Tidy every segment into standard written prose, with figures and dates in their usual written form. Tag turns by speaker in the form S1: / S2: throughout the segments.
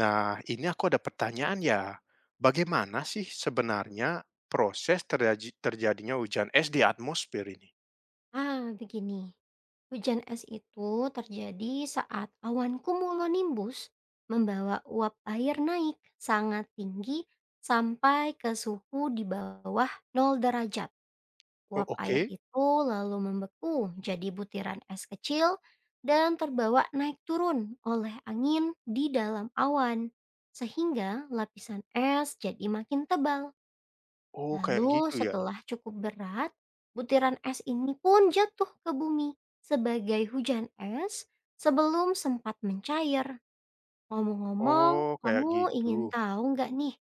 S1: Nah, ini aku ada pertanyaan ya. Bagaimana sih sebenarnya proses terjadinya hujan es di atmosfer ini?
S2: Ah, begini. Hujan es itu terjadi saat awan cumulonimbus membawa uap air naik sangat tinggi sampai ke suhu di bawah nol derajat.
S1: Oh,
S2: Uap air
S1: oke.
S2: itu lalu membeku jadi butiran es kecil dan terbawa naik turun oleh angin di dalam awan, sehingga lapisan es jadi makin tebal.
S1: Oh, kayak
S2: Lalu
S1: gitu ya.
S2: setelah cukup berat, butiran es ini pun jatuh ke bumi sebagai hujan es sebelum sempat mencair. Ngomong-ngomong,
S1: Oh, kayak
S2: kamu
S1: gitu.
S2: ingin tahu nggak nih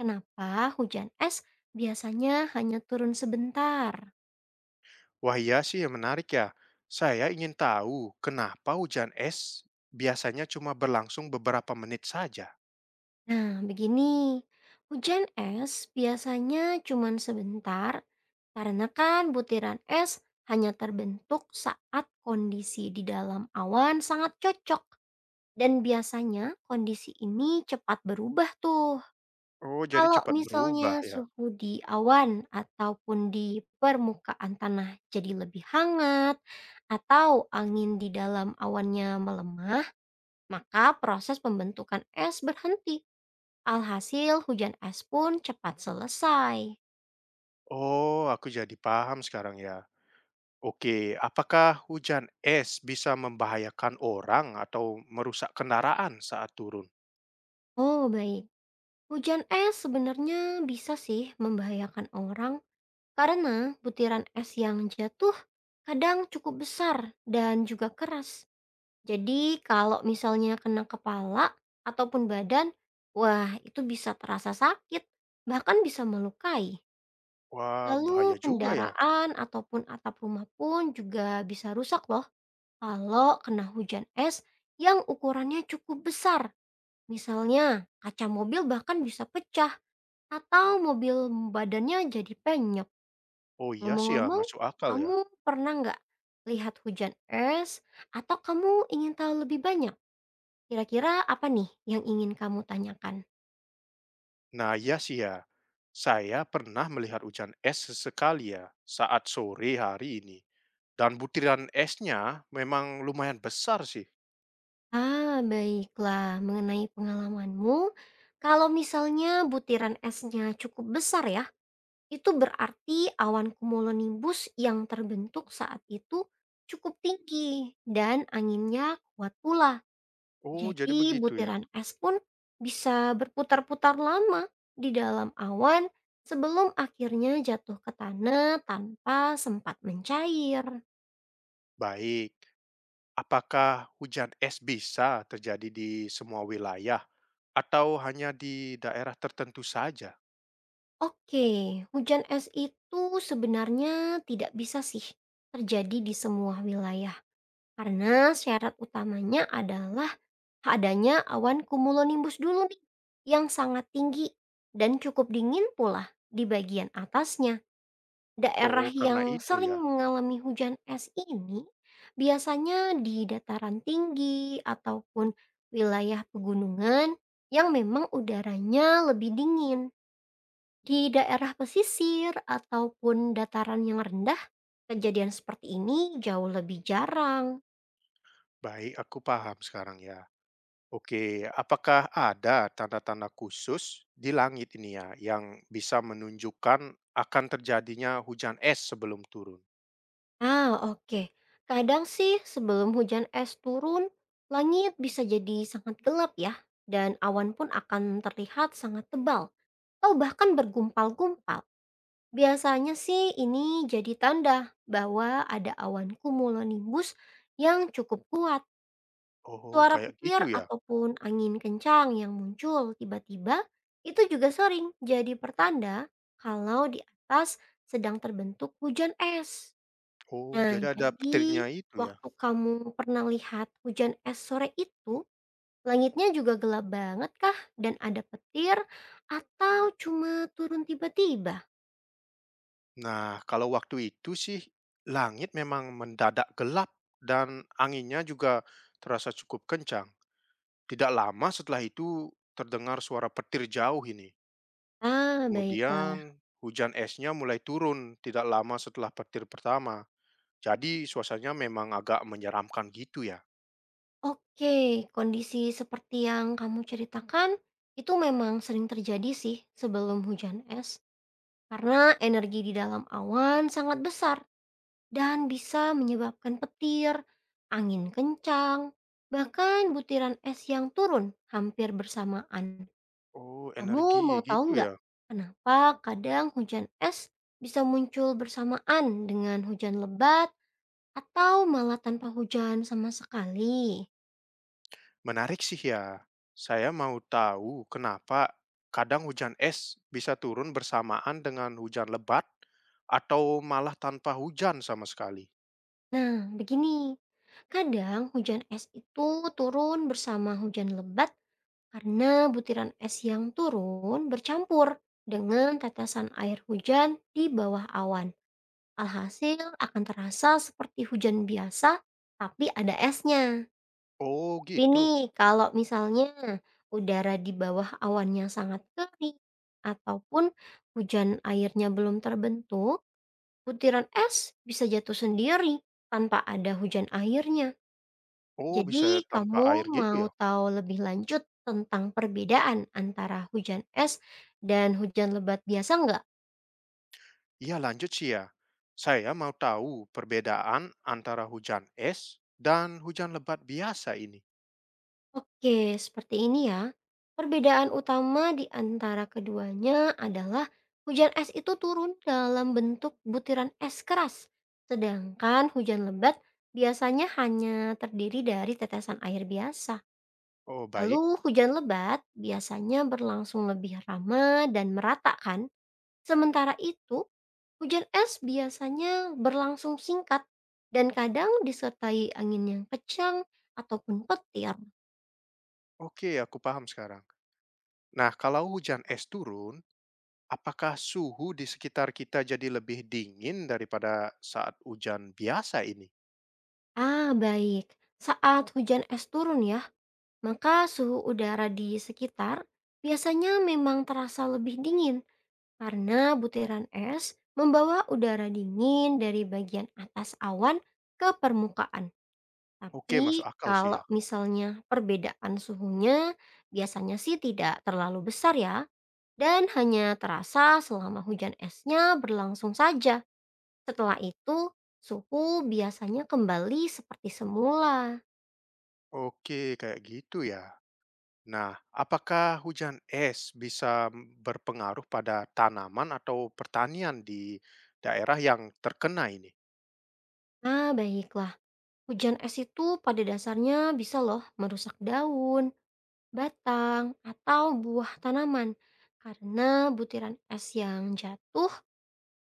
S2: kenapa hujan es biasanya hanya turun sebentar?
S1: Wah, iya sih yang menarik ya. Saya ingin tahu kenapa hujan es biasanya cuma berlangsung beberapa menit saja.
S2: Nah, begini, hujan es biasanya cuma sebentar karena kan butiran es hanya terbentuk saat kondisi di dalam awan sangat cocok. Dan biasanya kondisi ini cepat berubah tuh.
S1: Oh, jadi
S2: Kalau
S1: cepat berubah
S2: misalnya
S1: ya.
S2: suhu di awan ataupun di permukaan tanah jadi lebih hangat atau angin di dalam awannya melemah, maka proses pembentukan es berhenti. Alhasil hujan es pun cepat selesai.
S1: Oh, aku jadi paham sekarang ya. Oke, apakah hujan es bisa membahayakan orang atau merusak kendaraan saat turun?
S2: Oh baik, hujan es sebenarnya bisa sih membahayakan orang karena butiran es yang jatuh kadang cukup besar dan juga keras. Jadi kalau misalnya kena kepala ataupun badan, wah itu bisa terasa sakit, bahkan bisa melukai.
S1: Wah,
S2: Lalu
S1: bahaya juga ya.
S2: kendaraan ataupun atap rumah pun juga bisa rusak loh kalau kena hujan es yang ukurannya cukup besar. Misalnya kaca mobil bahkan bisa pecah atau mobil badannya jadi penyok.
S1: Oh iya sih ya,
S2: Ngomong-ngomong,
S1: masuk akal ya.
S2: kamu pernah nggak lihat hujan es? Atau kamu ingin tahu lebih banyak? Kira-kira apa nih yang ingin kamu tanyakan?
S1: Nah iya sih ya, saya pernah melihat hujan es sesekali ya saat sore hari ini. Dan butiran esnya memang lumayan besar sih.
S2: Ah, baiklah. Mengenai pengalamanmu, kalau misalnya butiran esnya cukup besar ya, itu berarti awan cumulonimbus yang terbentuk saat itu cukup tinggi dan anginnya kuat pula.
S1: Oh, jadi
S2: Jadi
S1: begitu ya.
S2: butiran es pun bisa berputar-putar lama di dalam awan sebelum akhirnya jatuh ke tanah tanpa sempat mencair.
S1: Baik, apakah hujan es bisa terjadi di semua wilayah atau hanya di daerah tertentu saja?
S2: Oke, hujan es itu sebenarnya tidak bisa sih terjadi di semua wilayah karena syarat utamanya adalah adanya awan cumulonimbus dulu nih yang sangat tinggi dan cukup dingin pula di bagian atasnya.
S1: Oh,
S2: Daerah
S1: karena
S2: yang
S1: itu
S2: sering
S1: ya.
S2: mengalami hujan es ini biasanya di dataran tinggi ataupun wilayah pegunungan yang memang udaranya lebih dingin. Di daerah pesisir ataupun dataran yang rendah, kejadian seperti ini jauh lebih jarang.
S1: Baik, aku paham sekarang ya. Oke, apakah ada tanda-tanda khusus di langit ini ya yang bisa menunjukkan akan terjadinya hujan es sebelum turun?
S2: Ah, oke. Kadang sih sebelum hujan es turun, langit bisa jadi sangat gelap ya, dan awan pun akan terlihat sangat tebal atau bahkan bergumpal-gumpal. Biasanya sih ini jadi tanda bahwa ada awan cumulonimbus yang cukup kuat.
S1: Oh,
S2: Suara
S1: kayak
S2: petir
S1: gitu ya.
S2: ataupun angin kencang yang muncul tiba-tiba itu juga sering jadi pertanda kalau di atas sedang terbentuk hujan es.
S1: Oh,
S2: Nah,
S1: jadi ada
S2: jadi
S1: petirnya itu ya.
S2: waktu kamu pernah lihat hujan es sore itu, langitnya juga gelap banget kah dan ada petir atau cuma turun tiba-tiba?
S1: Nah, kalau waktu itu sih langit memang mendadak gelap dan anginnya juga terasa cukup kencang. Tidak lama setelah itu terdengar suara petir jauh ini.
S2: Ah,
S1: Kemudian
S2: baiklah.
S1: hujan esnya mulai turun tidak lama setelah petir pertama. Jadi suasananya memang agak menyeramkan gitu ya.
S2: Oke, kondisi seperti yang kamu ceritakan itu memang sering terjadi sih sebelum hujan es, karena energi di dalam awan sangat besar dan bisa menyebabkan petir, angin kencang, bahkan butiran es yang turun hampir bersamaan.
S1: Oh, energi
S2: Kamu mau
S1: gitu
S2: tahu nggak
S1: ya.
S2: kenapa kadang hujan es bisa muncul bersamaan dengan hujan lebat atau malah tanpa hujan sama sekali?
S1: Menarik sih ya. Saya mau tahu kenapa kadang hujan es bisa turun bersamaan dengan hujan lebat atau malah tanpa hujan sama sekali.
S2: Nah, begini. Kadang hujan es itu turun bersama hujan lebat karena butiran es yang turun bercampur dengan tetesan air hujan di bawah awan. Alhasil akan terasa seperti hujan biasa, tapi ada esnya.
S1: Oh,
S2: Tapi
S1: gitu.
S2: nih, kalau misalnya udara di bawah awannya sangat kering ataupun hujan airnya belum terbentuk, butiran es bisa jatuh sendiri tanpa ada hujan airnya.
S1: Oh,
S2: Jadi,
S1: bisa tanpa
S2: kamu
S1: air gitu
S2: mau
S1: ya.
S2: tahu lebih lanjut tentang perbedaan antara hujan es dan hujan lebat biasa nggak?
S1: Iya, lanjut sih ya. Saya mau tahu perbedaan antara hujan es dan hujan lebat biasa ini.
S2: Oke, seperti ini ya. Perbedaan utama di antara keduanya adalah hujan es itu turun dalam bentuk butiran es keras, sedangkan hujan lebat biasanya hanya terdiri dari tetesan air biasa.
S1: Oh,
S2: Lalu
S1: baik.
S2: hujan lebat biasanya berlangsung lebih lama dan merata kan? Sementara itu, hujan es biasanya berlangsung singkat dan kadang disertai angin yang kencang ataupun petir.
S1: Oke, aku paham sekarang. Nah, kalau hujan es turun, apakah suhu di sekitar kita jadi lebih dingin daripada saat hujan biasa ini?
S2: Ah, baik. Saat hujan es turun ya, maka suhu udara di sekitar biasanya memang terasa lebih dingin karena butiran es membawa udara dingin dari bagian atas awan ke permukaan.
S1: Oke,
S2: Tapi
S1: masuk akal sih
S2: kalau
S1: ya.
S2: misalnya perbedaan suhunya biasanya sih tidak terlalu besar ya, dan hanya terasa selama hujan esnya berlangsung saja. Setelah itu, suhu biasanya kembali seperti semula.
S1: Oke, kayak gitu ya. Nah, apakah hujan es bisa berpengaruh pada tanaman atau pertanian di daerah yang terkena ini?
S2: Nah, baiklah. Hujan es itu pada dasarnya bisa loh merusak daun, batang, atau buah tanaman. Karena butiran es yang jatuh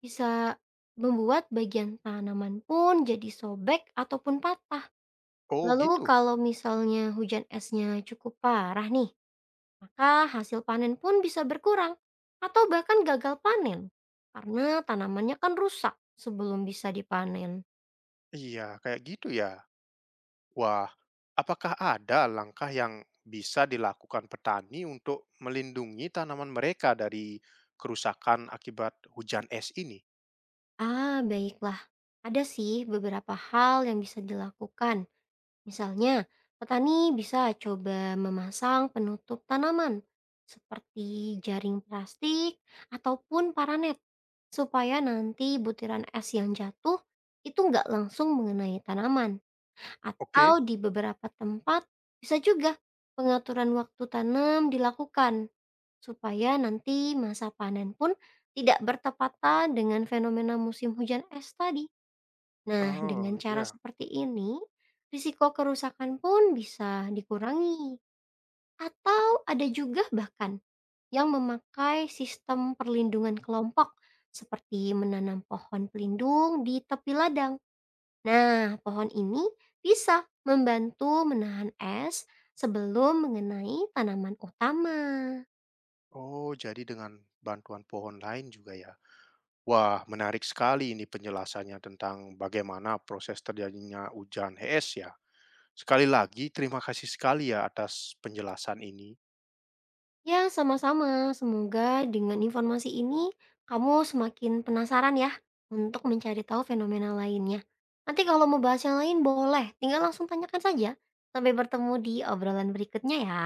S2: bisa membuat bagian tanaman pun jadi sobek ataupun patah.
S1: Oh,
S2: Lalu
S1: gitu.
S2: kalau misalnya hujan esnya cukup parah nih, maka hasil panen pun bisa berkurang atau bahkan gagal panen karena tanamannya kan rusak sebelum bisa dipanen.
S1: Iya, kayak gitu ya. Wah, apakah ada langkah yang bisa dilakukan petani untuk melindungi tanaman mereka dari kerusakan akibat hujan es ini?
S2: Ah, baiklah. Ada sih beberapa hal yang bisa dilakukan. Misalnya, petani bisa coba memasang penutup tanaman seperti jaring plastik ataupun paranet supaya nanti butiran es yang jatuh itu nggak langsung mengenai tanaman. Atau
S1: Oke.
S2: di beberapa tempat bisa juga pengaturan waktu tanam dilakukan supaya nanti masa panen pun tidak bertepatan dengan fenomena musim hujan es tadi. Nah, dengan
S1: Oh,
S2: cara
S1: ya.
S2: seperti ini, risiko kerusakan pun bisa dikurangi. Atau ada juga bahkan yang memakai sistem perlindungan kelompok seperti menanam pohon pelindung di tepi ladang. Nah, pohon ini bisa membantu menahan es sebelum mengenai tanaman utama.
S1: Oh, jadi dengan bantuan pohon lain juga ya. Wah, menarik sekali ini penjelasannya tentang bagaimana proses terjadinya hujan es ya. Sekali lagi, terima kasih sekali ya atas penjelasan ini.
S2: Ya, sama-sama. Semoga dengan informasi ini kamu semakin penasaran ya untuk mencari tahu fenomena lainnya. Nanti kalau mau bahas yang lain boleh, tinggal langsung tanyakan saja. Sampai bertemu di obrolan berikutnya ya.